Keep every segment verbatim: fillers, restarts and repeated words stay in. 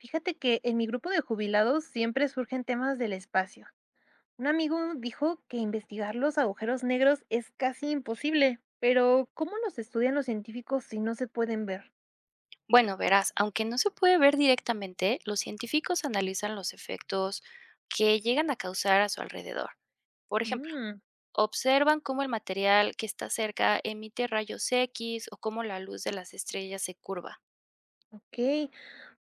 Fíjate que en mi grupo de jubilados siempre surgen temas del espacio. Un amigo dijo que investigar los agujeros negros es casi imposible, pero ¿cómo los estudian los científicos si no se pueden ver? Bueno, verás, aunque no se puede ver directamente, los científicos analizan los efectos que llegan a causar a su alrededor. Por ejemplo, Mm, observan cómo el material que está cerca emite rayos X o cómo la luz de las estrellas se curva. ok,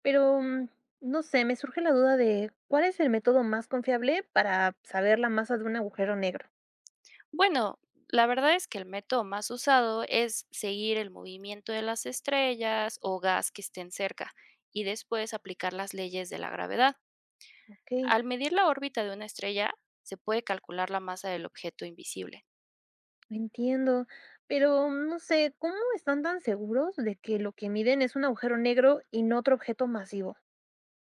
pero mm, no sé, me surge la duda de cuál es el método más confiable para saber la masa de un agujero negro. Bueno, la verdad es que el método más usado es seguir el movimiento de las estrellas o gas que estén cerca y después aplicar las leyes de la gravedad. Ok, Al medir la órbita de una estrella, se puede calcular la masa del objeto invisible. entiendo, pero mm, no sé, ¿cómo están tan seguros de que lo que miden es un agujero negro y no otro objeto masivo?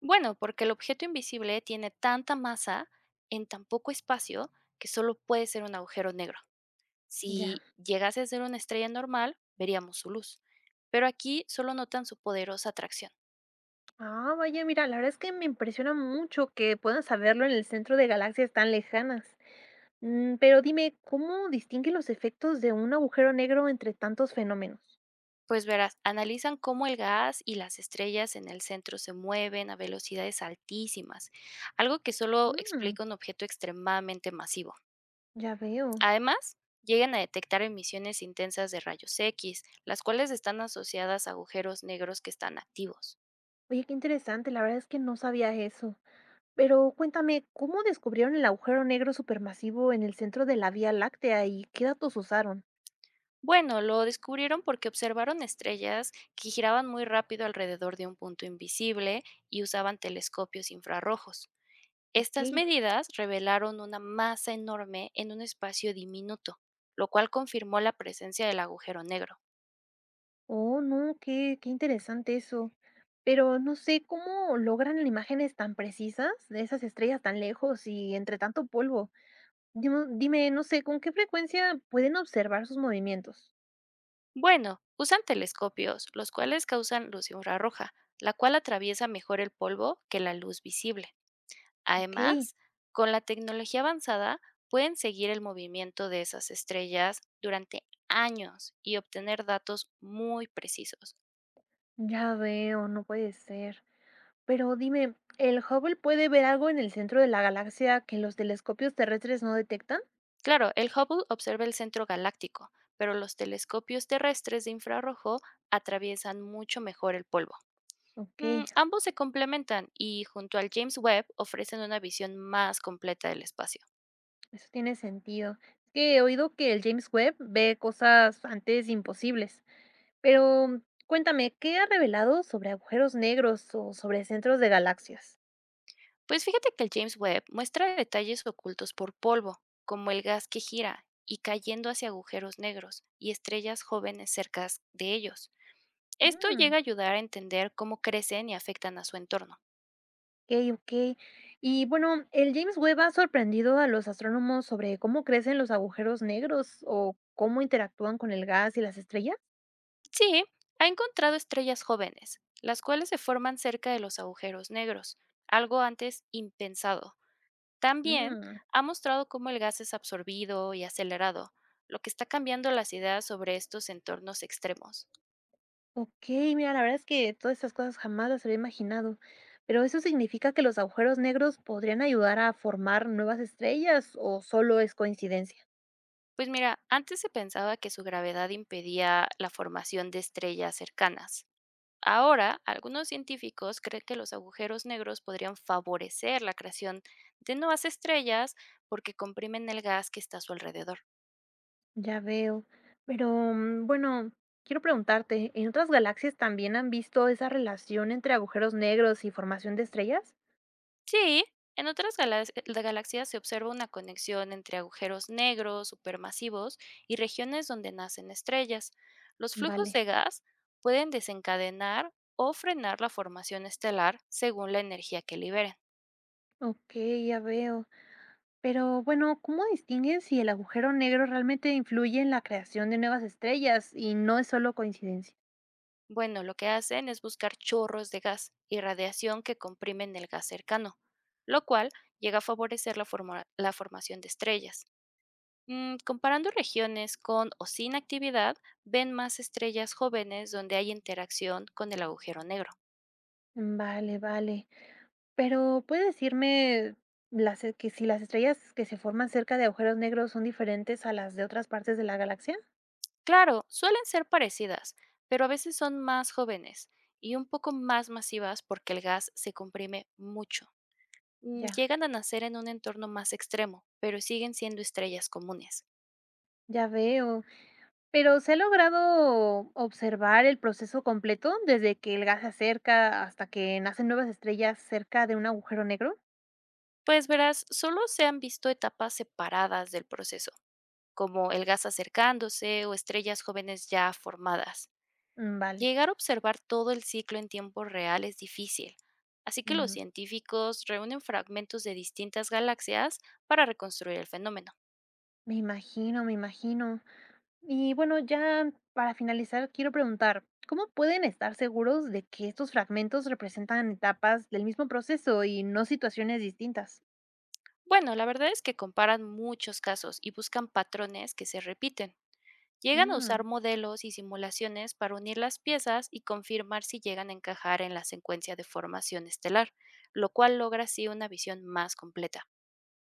Bueno, porque el objeto invisible tiene tanta masa en tan poco espacio que solo puede ser un agujero negro. Ya. Si llegase a ser una estrella normal, veríamos su luz. Pero aquí solo notan su poderosa atracción. Ah, vaya, mira, la verdad es que me impresiona mucho que puedan saberlo en el centro de galaxias tan lejanas. Mm, pero dime, ¿cómo distinguen los efectos de un agujero negro entre tantos fenómenos? Pues verás, analizan cómo el gas y las estrellas en el centro se mueven a velocidades altísimas, algo que solo Mm, explica un objeto extremadamente masivo. ya veo. Además, llegan a detectar emisiones intensas de rayos X, las cuales están asociadas a agujeros negros que están activos. Oye, qué interesante, la verdad es que no sabía eso. Pero cuéntame, ¿cómo descubrieron el agujero negro supermasivo en el centro de la Vía Láctea y qué datos usaron? Bueno, lo descubrieron porque observaron estrellas que giraban muy rápido alrededor de un punto invisible y usaban telescopios infrarrojos. Ok. Estas medidas revelaron una masa enorme en un espacio diminuto, lo cual confirmó la presencia del agujero negro. Oh, no, qué, qué interesante eso. Pero no sé cómo logran imágenes tan precisas de esas estrellas tan lejos y entre tanto polvo. Dimo- Dime, no sé, ¿con qué frecuencia pueden observar sus movimientos? Bueno, usan telescopios, los cuales causan luz infrarroja, la cual atraviesa mejor el polvo que la luz visible. Ok, Además, con la tecnología avanzada pueden seguir el movimiento de esas estrellas durante años y obtener datos muy precisos. ya veo, no puede ser. Pero dime, ¿el Hubble puede ver algo en el centro de la galaxia que los telescopios terrestres no detectan? Claro, el Hubble observa el centro galáctico, pero los telescopios terrestres de infrarrojo atraviesan mucho mejor el polvo. Ok, Mm, ambos se complementan y junto al James Webb ofrecen una visión más completa del espacio. eso tiene sentido. Es que he oído que el James Webb ve cosas antes imposibles. Pero cuéntame, ¿qué ha revelado sobre agujeros negros o sobre centros de galaxias? Pues fíjate que el James Webb muestra detalles ocultos por polvo, como el gas que gira y cayendo hacia agujeros negros y estrellas jóvenes cerca de ellos. Esto Mm, llega a ayudar a entender cómo crecen y afectan a su entorno. ok, ok. Y bueno, el James Webb ha sorprendido a los astrónomos sobre cómo crecen los agujeros negros o cómo interactúan con el gas y las estrellas. Sí, ha encontrado estrellas jóvenes, las cuales se forman cerca de los agujeros negros, algo antes impensado. También Mm, ha mostrado cómo el gas es absorbido y acelerado, lo que está cambiando las ideas sobre estos entornos extremos. ok, mira, la verdad es que todas estas cosas jamás las había imaginado. Pero ¿eso significa que los agujeros negros podrían ayudar a formar nuevas estrellas o solo es coincidencia? Pues mira, antes se pensaba que su gravedad impedía la formación de estrellas cercanas. Ahora, algunos científicos creen que los agujeros negros podrían favorecer la creación de nuevas estrellas porque comprimen el gas que está a su alrededor. Ya veo. Pero, mm, bueno, quiero preguntarte, ¿en otras galaxias también han visto esa relación entre agujeros negros y formación de estrellas? Sí, en otras galax- eh, galaxias se observa una conexión entre agujeros negros supermasivos y regiones donde nacen estrellas. Los flujos Vale, de gas pueden desencadenar o frenar la formación estelar según la energía que liberen. ok, ya veo. Pero bueno, ¿cómo distingues si el agujero negro realmente influye en la creación de nuevas estrellas y no es solo coincidencia? Bueno, lo que hacen es buscar chorros de gas y radiación que comprimen el gas cercano, lo cual llega a favorecer la, forma- la formación de estrellas. Mm, comparando regiones con o sin actividad, ven más estrellas jóvenes donde hay interacción con el agujero negro. Vale, vale. Pero ¿puedes decirme las, e- que si las estrellas que se forman cerca de agujeros negros son diferentes a las de otras partes de la galaxia? Claro, suelen ser parecidas, pero a veces son más jóvenes y un poco más masivas porque el gas se comprime mucho. Mm, Ya, Llegan a nacer en un entorno más extremo, pero siguen siendo estrellas comunes. ya veo. Pero, ¿se ha logrado observar el proceso completo, desde que el gas se acerca hasta que nacen nuevas estrellas cerca de un agujero negro? Pues verás, solo se han visto etapas separadas del proceso, como el gas acercándose o estrellas jóvenes ya formadas. Mm, vale, Llegar a observar todo el ciclo en tiempo real es difícil, así que los mm, científicos reúnen fragmentos de distintas galaxias para reconstruir el fenómeno. me imagino, me imagino. Y bueno, ya para finalizar, quiero preguntar, ¿cómo pueden estar seguros de que estos fragmentos representan etapas del mismo proceso y no situaciones distintas? Bueno, la verdad es que comparan muchos casos y buscan patrones que se repiten. Llegan a usar Mm. modelos y simulaciones para unir las piezas y confirmar si llegan a encajar en la secuencia de formación estelar, lo cual logra así una visión más completa.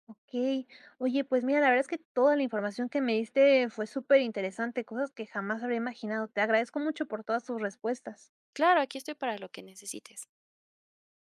Okey. Oye, pues mira, la verdad es que toda la información que me diste fue súper interesante, cosas que jamás habría imaginado. Te agradezco mucho por todas tus respuestas. Claro, aquí estoy para lo que necesites.